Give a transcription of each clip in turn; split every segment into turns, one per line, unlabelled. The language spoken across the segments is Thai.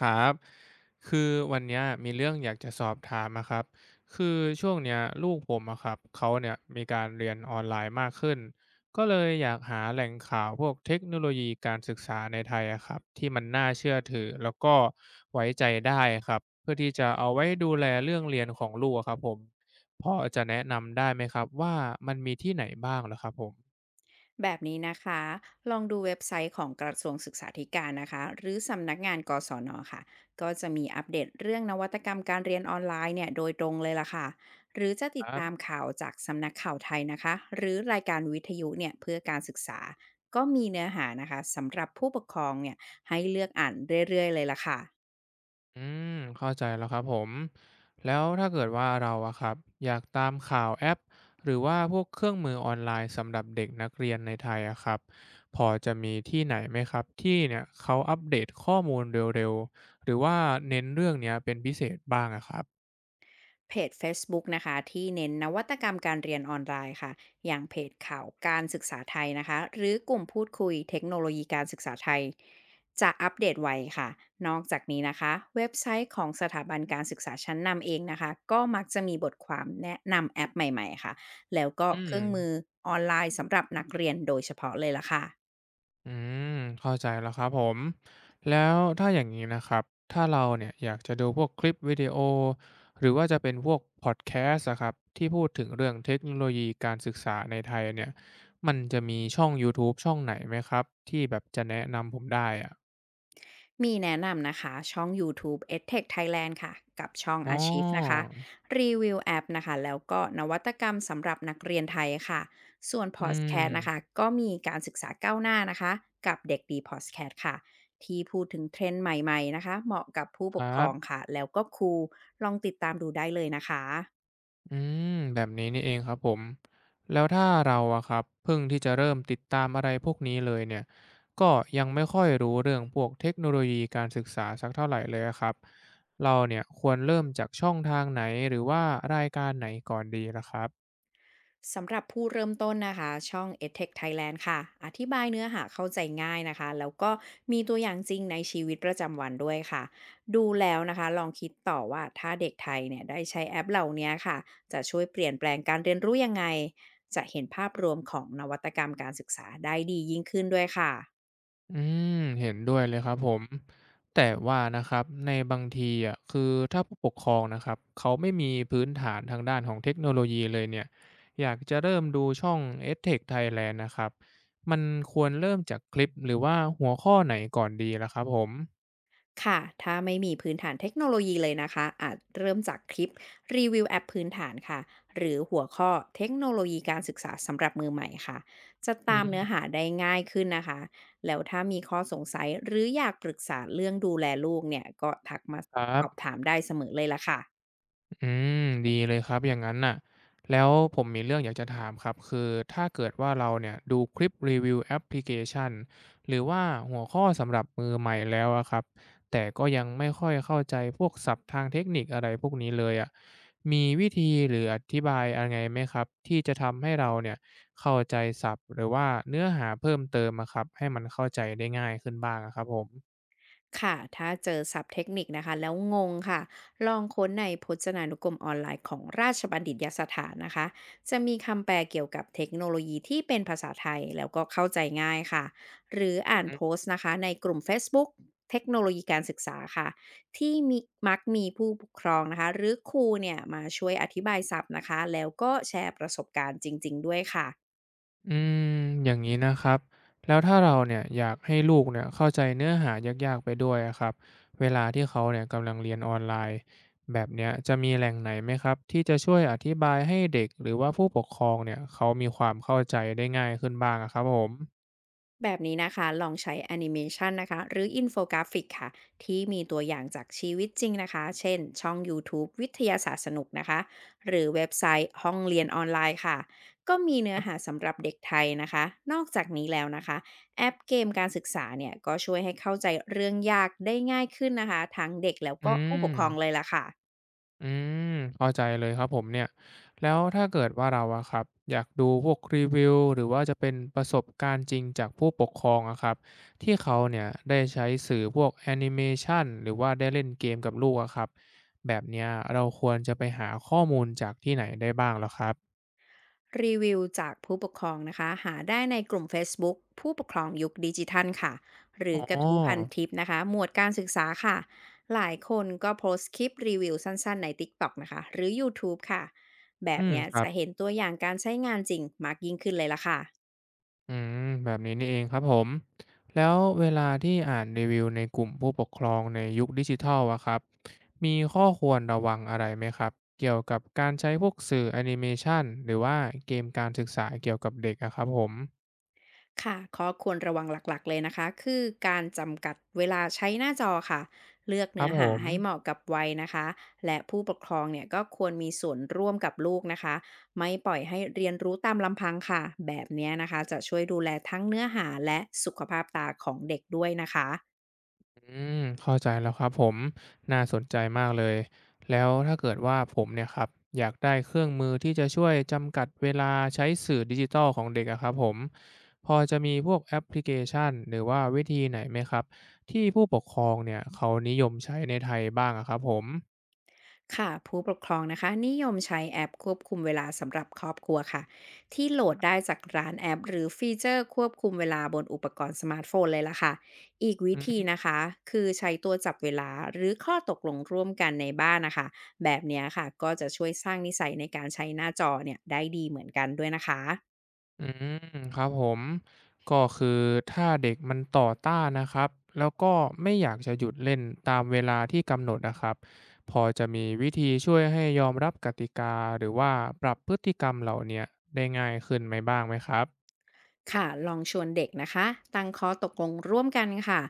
ครับคือวันเนี้ยมีเรื่องอยากจะสอบถามอะครับคือช่วงเนี้ยลูกผมอะครับเขาเนี่ยมีการเรียนออนไลน์มากขึ้นก็เลยอยากหาแหล่งข่าวพวกเทคโนโลยีการศึกษาในไทยอะครับที่มันน่าเชื่อถือแล้วก็ไว้ใจได้ครับเพื่อที่จะเอาไว้ดูแลเรื่องเรียนของลูกอะครับผมพอจะแนะนำได้ไหมครับว่ามันมีที่ไหนบ้างเหรอครับผม
แบบนี้นะคะลองดูเว็บไซต์ของกระทรวงศึกษาธิการนะคะหรือสำนักงานกศน ค่ะ ก็จะมีอัปเดตเรื่องนวัตกรรมการเรียนออนไลน์เนี่ยโดยตรงเลยล่ะค่ะ หรือจะ
ค
ติด
รั
ตาม
บ
ข่าวจากสำนักข่าวไทยนะคะหรือรายการวิทยุเนี่ยเพื่อการศึกษา ก็มีเนื้อหานะคะสำหรับผู้ปกครองเนี่ยให้เลือกอ่านเรื่อยๆเลยล่ะค่ะ
อืมเข้าใจแล้วครับผมแล้วถ้าเกิดว่าเราอะครับอยากตามข่าวแอปหรือว่าพวกเครื่องมือออนไลน์สำหรับเด็กนักเรียนในไทยอะครับพอจะมีที่ไหนไหมครับที่เนี่ยเขาอัปเดตข้อมูลเร็วๆหรือว่าเน้นเรื่องเนี้ยเป็นพิเศษบ้างอะครับ
เพจเฟซบุ๊กนะคะที่เน้นนวัตกรรมการเรียนออนไลน์ค่ะอย่างเพจข่าวการศึกษาไทยนะคะหรือกลุ่มพูดคุยเทคโนโลยีการศึกษาไทยจะอัปเดตไวค่ะนอกจากนี้นะคะเว็บไซต์ของสถาบันการศึกษาชั้นนำเองนะคะก็มักจะมีบทความแนะนำแอปใหม่ๆค่ะแล้วก็
อืม
เครื่องมือออนไลน์สำหรับนักเรียนโดยเฉพาะเลยล่ะค่ะ
อืมเข้าใจแล้วครับผมแล้วถ้าอย่างนี้นะครับถ้าเราเนี่ยอยากจะดูพวกคลิปวิดีโอหรือว่าจะเป็นพวกพอดแคสต์อะครับที่พูดถึงเรื่องเทคโนโลยีการศึกษาในไทยเนี่ยมันจะมีช่อง YouTube ช่องไหนไหมครับที่แบบจะแนะนำผมได้อะ
มีแนะนำนะคะช่องยูทูบ EdTech Thailand ค่ะกับช่อง
อ๋อ
Archive นะคะรีวิวแอปนะคะแล้วก็นวัตกรรมสำหรับนักเรียนไทยค่ะส่วนพ
อื
อดแคสต์นะคะ
ม
ก็มีการศึกษาก้าวหน้านะคะกับเด็กดีพอดแคสต์ค่ะที่พูดถึงเทรนด์ใหม่ๆนะคะเหมาะกับผู้
ค
ปกค
รั
รอ
บ
งค่ะแล้วก็ครูลองติดตามดูได้เลยนะคะ
อืมแบบนี้นี่เองครับผมแล้วถ้าเราอะครับเพิ่งที่จะเริ่มติดตามอะไรพวกนี้เลยเนี่ยก็ยังไม่ค่อยรู้เรื่องพวกเทคโนโลยีการศึกษาสักเท่าไหร่เลยอะครับเราเนี่ยควรเริ่มจากช่องทางไหนหรือว่ารายการไหนก่อนดีล่ะครับ
สำหรับผู้เริ่มต้นนะคะช่อง EdTech Thailand ค่ะอธิบายเนื้อหาเข้าใจง่ายนะคะแล้วก็มีตัวอย่างจริงในชีวิตประจำวันด้วยค่ะดูแล้วนะคะลองคิดต่อว่าถ้าเด็กไทยเนี่ยได้ใช้แอปเหล่านี้ค่ะจะช่วยเปลี่ยนแปลงการเรียนรู้ยังไงจะเห็นภาพรวมของนวัตกรรมการศึกษาได้ดียิ่งขึ้นด้วยค่ะ
อืมเห็นด้วยเลยครับผมแต่ว่านะครับในบางทีคือถ้าผู้ปกครองนะครับเขาไม่มีพื้นฐานทางด้านของเทคโนโลยีเลยเนี่ยอยากจะเริ่มดูช่อง e อ t เ c ค Thailand นะครับมันควรเริ่มจากคลิปหรือว่าหัวข้อไหนก่อนดีล่ะครับผม
ค่ะ ถ้าไม่มีพื้นฐานเทคโนโลยีเลยนะคะอาจเริ่มจากคลิปรีวิวแอปพื้นฐานค่ะ หรือหัวข้อเทคโนโลยีการศึกษาสำหรับมือใหม่ค่ะ จะ
อื
ตามเนื้อหา
ม
ได้ง่ายขึ้นนะคะ แล้วถ้ามีข้อสงสัยหรืออยากปรึกษาเรื่องดูแลลูกเนี่ยก็ทักมา
ครั
ส
บ
อบถามได้เสมอเลยละค่ะ
อืมดีเลยครับอย่างนั้นน่ะแล้วผมมีเรื่องอยากจะถามครับคือถ้าเกิดว่าเราเนี่ยดูคลิปรีวิวแอปพลิเคชันหรือว่าหัวข้อสำหรับมือใหม่แล้วอะครับแต่ก็ยังไม่ค่อยเข้าใจพวกศัพท์ทางเทคนิคอะไรพวกนี้เลยอะมีวิธีหรืออธิบายอะไรไหมครับที่จะทำให้เราเนี่ยเข้าใจศัพท์หรือว่าเนื้อหาเพิ่มเติมอะครับให้มันเข้าใจได้ง่ายขึ้นบ้างอะครับผม
ค่ะถ้าเจอศัพท์เทคนิคนะคะแล้วงงค่ะลองค้นในพจนานุกรมออนไลน์ของราชบัณฑิตยสถานนะคะจะมีคำแปลเกี่ยวกับเทคโนโลยีที่เป็นภาษาไทยแล้วก็เข้าใจง่ายค่ะหรืออ่านโพสต์นะคะในกลุ่มเฟซบุ๊กเทคโนโลยีการศึกษาค่ะที่มีมีผู้ปกครองนะคะหรือครูเนี่ยมาช่วยอธิบายศัพท์นะคะแล้วก็แชร์ประสบการณ์จริงๆด้วยค่ะ
อืมอย่างนี้นะครับแล้วถ้าเราเนี่ยอยากให้ลูกเนี่ยเข้าใจเนื้อหายากๆไปด้วยอะครับเวลาที่เขาเนี่ยกำลังเรียนออนไลน์แบบเนี้ยจะมีแหล่งไหนไหมครับที่จะช่วยอธิบายให้เด็กหรือว่าผู้ปกครองเนี่ยเขามีความเข้าใจได้ง่ายขึ้นบ้างอะครับผม
แบบนี้นะคะลองใช้แอนิเมชันนะคะหรืออินโฟกราฟิกค่ะที่มีตัวอย่างจากชีวิตจริงนะคะเช่นช่อง YouTube วิทยาศาสตร์สนุกนะคะหรือเว็บไซต์ห้องเรียนออนไลน์ค่ะก็มีเนื้
ค
อ
รั
หา
บ
สำหรับเด็กไทยนะคะนอกจากนี้แล้วนะคะแอปเกมการศึกษาเนี่ยก็ช่วยให้เข้าใจเรื่องยากได้ง่ายขึ้นนะคะทั้งเด็กแล้ว
อื
ก็ผู้ปกครอง
ม
เลยล่ะค่ะ
อืมเข้าใจเลยครับผมเนี่ยแล้วถ้าเกิดว่าเราอะครับอยากดูพวกรีวิวหรือว่าจะเป็นประสบการณ์จริงจากผู้ปกครองอะครับที่เขาเนี่ยได้ใช้สื่อพวกแอนิเมชันหรือว่าได้เล่นเกมกับลูกอะครับแบบเนี้ยเราควรจะไปหาข้อมูลจากที่ไหนได้บ้างเหรอครับ
รีวิวจากผู้ปกครองนะคะหาได้ในกลุ่มเฟซบุ๊กผู้ปกครองยุคดิจิทัลค่ะหรื
อ๋
อกระทู้พัน
อ
ทิปนะคะหมวดการศึกษาค่ะหลายคนก็โพสต์คลิปรีวิวสั้นๆใน t กต็อกนะคะหรือยูทูบค่ะแบ
อื
บ
ม
เนี้ย
ครับ
จะเห็นตัวอย่างการใช้งานจริงมากยิ่งขึ้นเลยละค่ะ
อืมแบบนี้นี่เองครับผม แล้วเวลาที่อ่านรีวิวในกลุ่มผู้ปกครองในยุคดิจิทัลอะครับ มีข้อควรระวังอะไรไหมครับ เกี่ยวกับการใช้พวกสื่อแอนิเมชันหรือว่าเกมการศึกษาเกี่ยวกับเด็กอะครับผม
ค่ะข้อควรระวังหลักๆเลยนะคะ คือการจำกัดเวลาใช้หน้าจอค่ะ เลือก
ครั
เนื้
บ
อ
ผ
หา
ม
ให้เหมาะกับวัยนะคะ และผู้ปกครองเนี่ยก็ควรมีส่วนร่วมกับลูกนะคะ ไม่ปล่อยให้เรียนรู้ตามลำพังค่ะ แบบเนี้ยนะคะจะช่วยดูแลทั้งเนื้อหาและสุขภาพตาของเด็กด้วยนะคะ
อืมเข้าใจแล้วครับผมน่าสนใจมากเลยแล้วถ้าเกิดว่าผมเนี่ยครับอยากได้เครื่องมือที่จะช่วยจำกัดเวลาใช้สื่อดิจิทัลของเด็กอะครับผมพอจะมีพวกแอปพลิเคชันหรือว่าวิธีไหนไหมครับที่ผู้ปกครองเนี่ยเขานิยมใช้ในไทยบ้างอะครับผม
ค่ะผู้ปกครองนะคะนิยมใช้แอปควบคุมเวลาสำหรับครอบครัวค่ะที่โหลดได้จากร้านแอปหรือฟีเจอร์ควบคุมเวลาบนอุปกรณ์สมาร์ทโฟนเลยล่ะค่ะอีกวิธีนะคะคือใช้ตัวจับเวลาหรือข้อตกลงร่วมกันในบ้านนะคะแบบเนี้ยค่ะก็จะช่วยสร้างนิสัยในการใช้หน้าจอเนี่ยได้ดีเหมือนกันด้วยนะคะ
อืมครับผมก็คือถ้าเด็กมันต่อต้านนะครับแล้วก็ไม่อยากจะหยุดเล่นตามเวลาที่กำหนดนะครับพอจะมีวิธีช่วยให้ยอมรับกติกาหรือว่าปรับพฤติกรรมเหล่าเนี้ยได้ง่ายขึ้นไหมบ้างไหมครับ
ค่ะลองชวนเด็กนะคะตั้งข้อตกลงร่วมกันค่ะ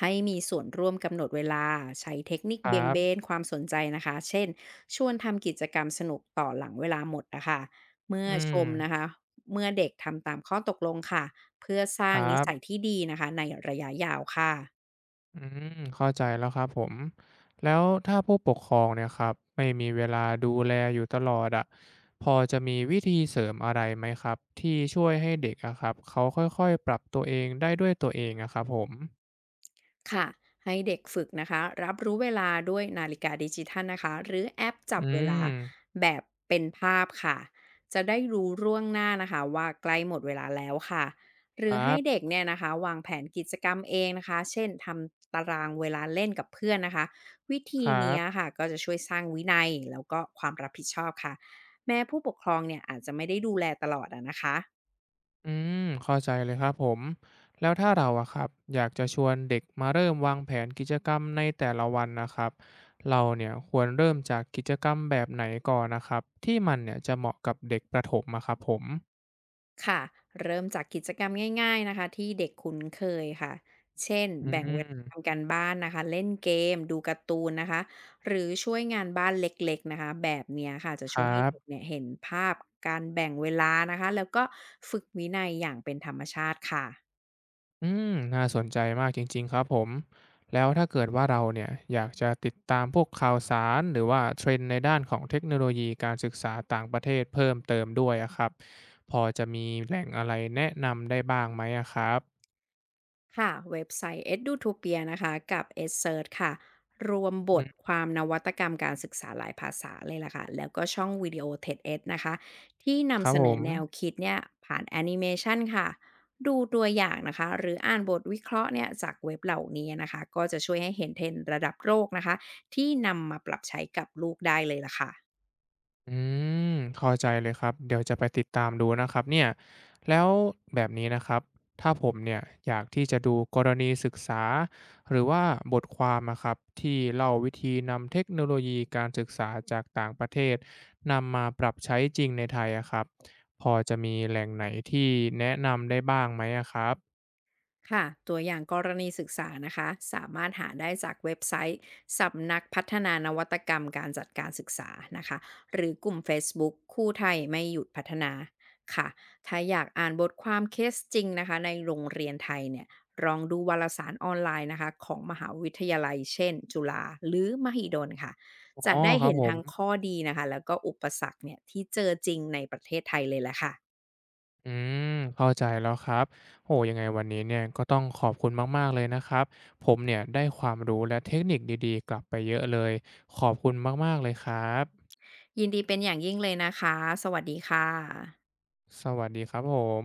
ให้มีส่วนร่วมกำหนดเวลาใช้เทคนิค
ครั
เบี่ยงเบ
บ
นความสนใจนะคะเช่นชวนทำกิจกรรมสนุกต่อหลังเวลาหมดนะคะเมื่อ
อื
ช
ม
มนะคะเมื่อเด็กทำตามข้อตกลงค่ะเพื่อส
ค
ร้าง
รั
นิสัย
บ
ที่ดีนะคะในระยะยาวค่ะ
อืมเข้าใจแล้วครับผมแล้วถ้าผู้ปกครองเนี่ยครับไม่มีเวลาดูแลอยู่ตลอดอ่ะพอจะมีวิธีเสริมอะไรไหมครับที่ช่วยให้เด็กอะครับเขาค่อยๆปรับตัวเองได้ด้วยตัวเองอะครับผม
ค่ะให้เด็กฝึกนะคะรับรู้เวลาด้วยนาฬิกาดิจิทัลนะคะหรือแอปจั
อื
บเวลา
ม
แบบเป็นภาพค่ะจะได้รู้ล่วงหน้านะคะว่าใกล้หมดเวลาแล้วค่ะห
ค
รือ
รั
ให้เด็ก
บ
เนี่ยนะคะวางแผนกิจกรรมเองนะคะเช่นทำตารางเวลาเล่นกับเพื่อนนะคะวิ
ค
ธี
รั
เนี้ย
บ
ค่ะก็จะช่วยสร้างวินัยแล้วก็ความรับผิดชอบค่ะแม้ผู้ปกครองเนี่ยอาจจะไม่ได้ดูแลตลอดอะนะคะ
อืมเข้าใจเลยครับผมแล้วถ้าเราอะครับอยากจะชวนเด็กมาเริ่มวางแผนกิจกรรมในแต่ละวันนะครับเราเนี่ยควรเริ่มจากกิจกรรมแบบไหนก่อนนะครับที่มันเนี่ยจะเหมาะกับเด็กประถมอะครับผม
ค่ะเริ่มจากกิจกรรมง่ายๆนะคะที่เด็กคุ้นเคยค่ะ
อื
งเวลา
ม
ทำการบ้านนะคะเล่นเกมดูการ์ตูนนะคะหรือช่วยงานบ้านเล็กๆนะคะแบบเนี้ยค่ะจะ
ค
ช่ว
รั
ยให้เด็ก
บ
เนี่ยเห็นภาพการแบ่งเวลานะคะแล้วก็ฝึกวินัยอย่างเป็นธรรมชาติค่ะ
อืมน่าสนใจมากจริงๆครับผมแล้วถ้าเกิดว่าเราเนี่ยอยากจะติดตามพวกข่าวสารหรือว่าเทรนด์ในด้านของเทคโนโลยีการศึกษาต่างประเทศเพิ่มเติมด้วยอะครับพอจะมีแหล่งอะไรแนะนำได้บ้างไหมอะครับ
ค่ะเว็บไซต์ Edutopia นะคะกับ EdSearch ค่ะรวมบ
อื
ท
ม
ความนวัตกรรมการศึกษาหลายภาษาเลยล่ะค่ะแล้วก็ช่องวิดีโอ TED ดเอ็ดนะคะที่
ครั
นำ
บ
เส
ผ
นอ
ม
แนวคิดเนี่ยผ่านแอนิเมชันค่ะดูตัวอย่างนะคะหรืออ่านบทวิเคราะห์เนี่ยจากเว็บเหล่านี้นะคะก็จะช่วยให้เห็นเทรนด์ระดับโลกนะคะที่นำมาปรับใช้กับลูกได้เลยล่ะค่ะ
อืมเข้าใจเลยครับ เดี๋ยวจะไปติดตามดูนะครับเนี่ย แล้วแบบนี้นะครับ ถ้าผมเนี่ยอยากที่จะดูกรณีศึกษาหรือว่าบทความนะครับที่เล่าวิธีนำเทคโนโลยีการศึกษาจากต่างประเทศนำมาปรับใช้จริงในไทยอะครับ พอจะมีแหล่งไหนที่แนะนำได้บ้างไหมอะครับ
ค่ะตัวอย่างกรณีศึกษานะคะสามารถหาได้จากเว็บไซต์สำนักพัฒนานวัตกรรมการจัดการศึกษานะคะหรือกลุ่ม Facebook คู่ไทยไม่หยุดพัฒนาค่ะถ้าอยากอ่านบทความเคสจริงนะคะในโรงเรียนไทยเนี่ยลองดูวารสารออนไลน์นะคะของมหาวิทยาลัยเช่นจุฬาหรือมหิดลค่ะจะ
อ๋อ
ได้
ครับ
เห็น
ผม
ทั้งข้อดีนะคะแล้วก็อุปสรรคเนี่ยที่เจอจริงในประเทศไทยเลยแหละค่ะ
อืมเข้าใจแล้วครับโอ้ยังไงวันนี้เนี่ยก็ต้องขอบคุณมากๆเลยนะครับผมเนี่ยได้ความรู้และเทคนิคดีๆกลับไปเยอะเลยขอบคุณมากๆเลยครับ
ยินดีเป็นอย่างยิ่งเลยนะคะสวัสดีค่ะ
สวัสดีครับผม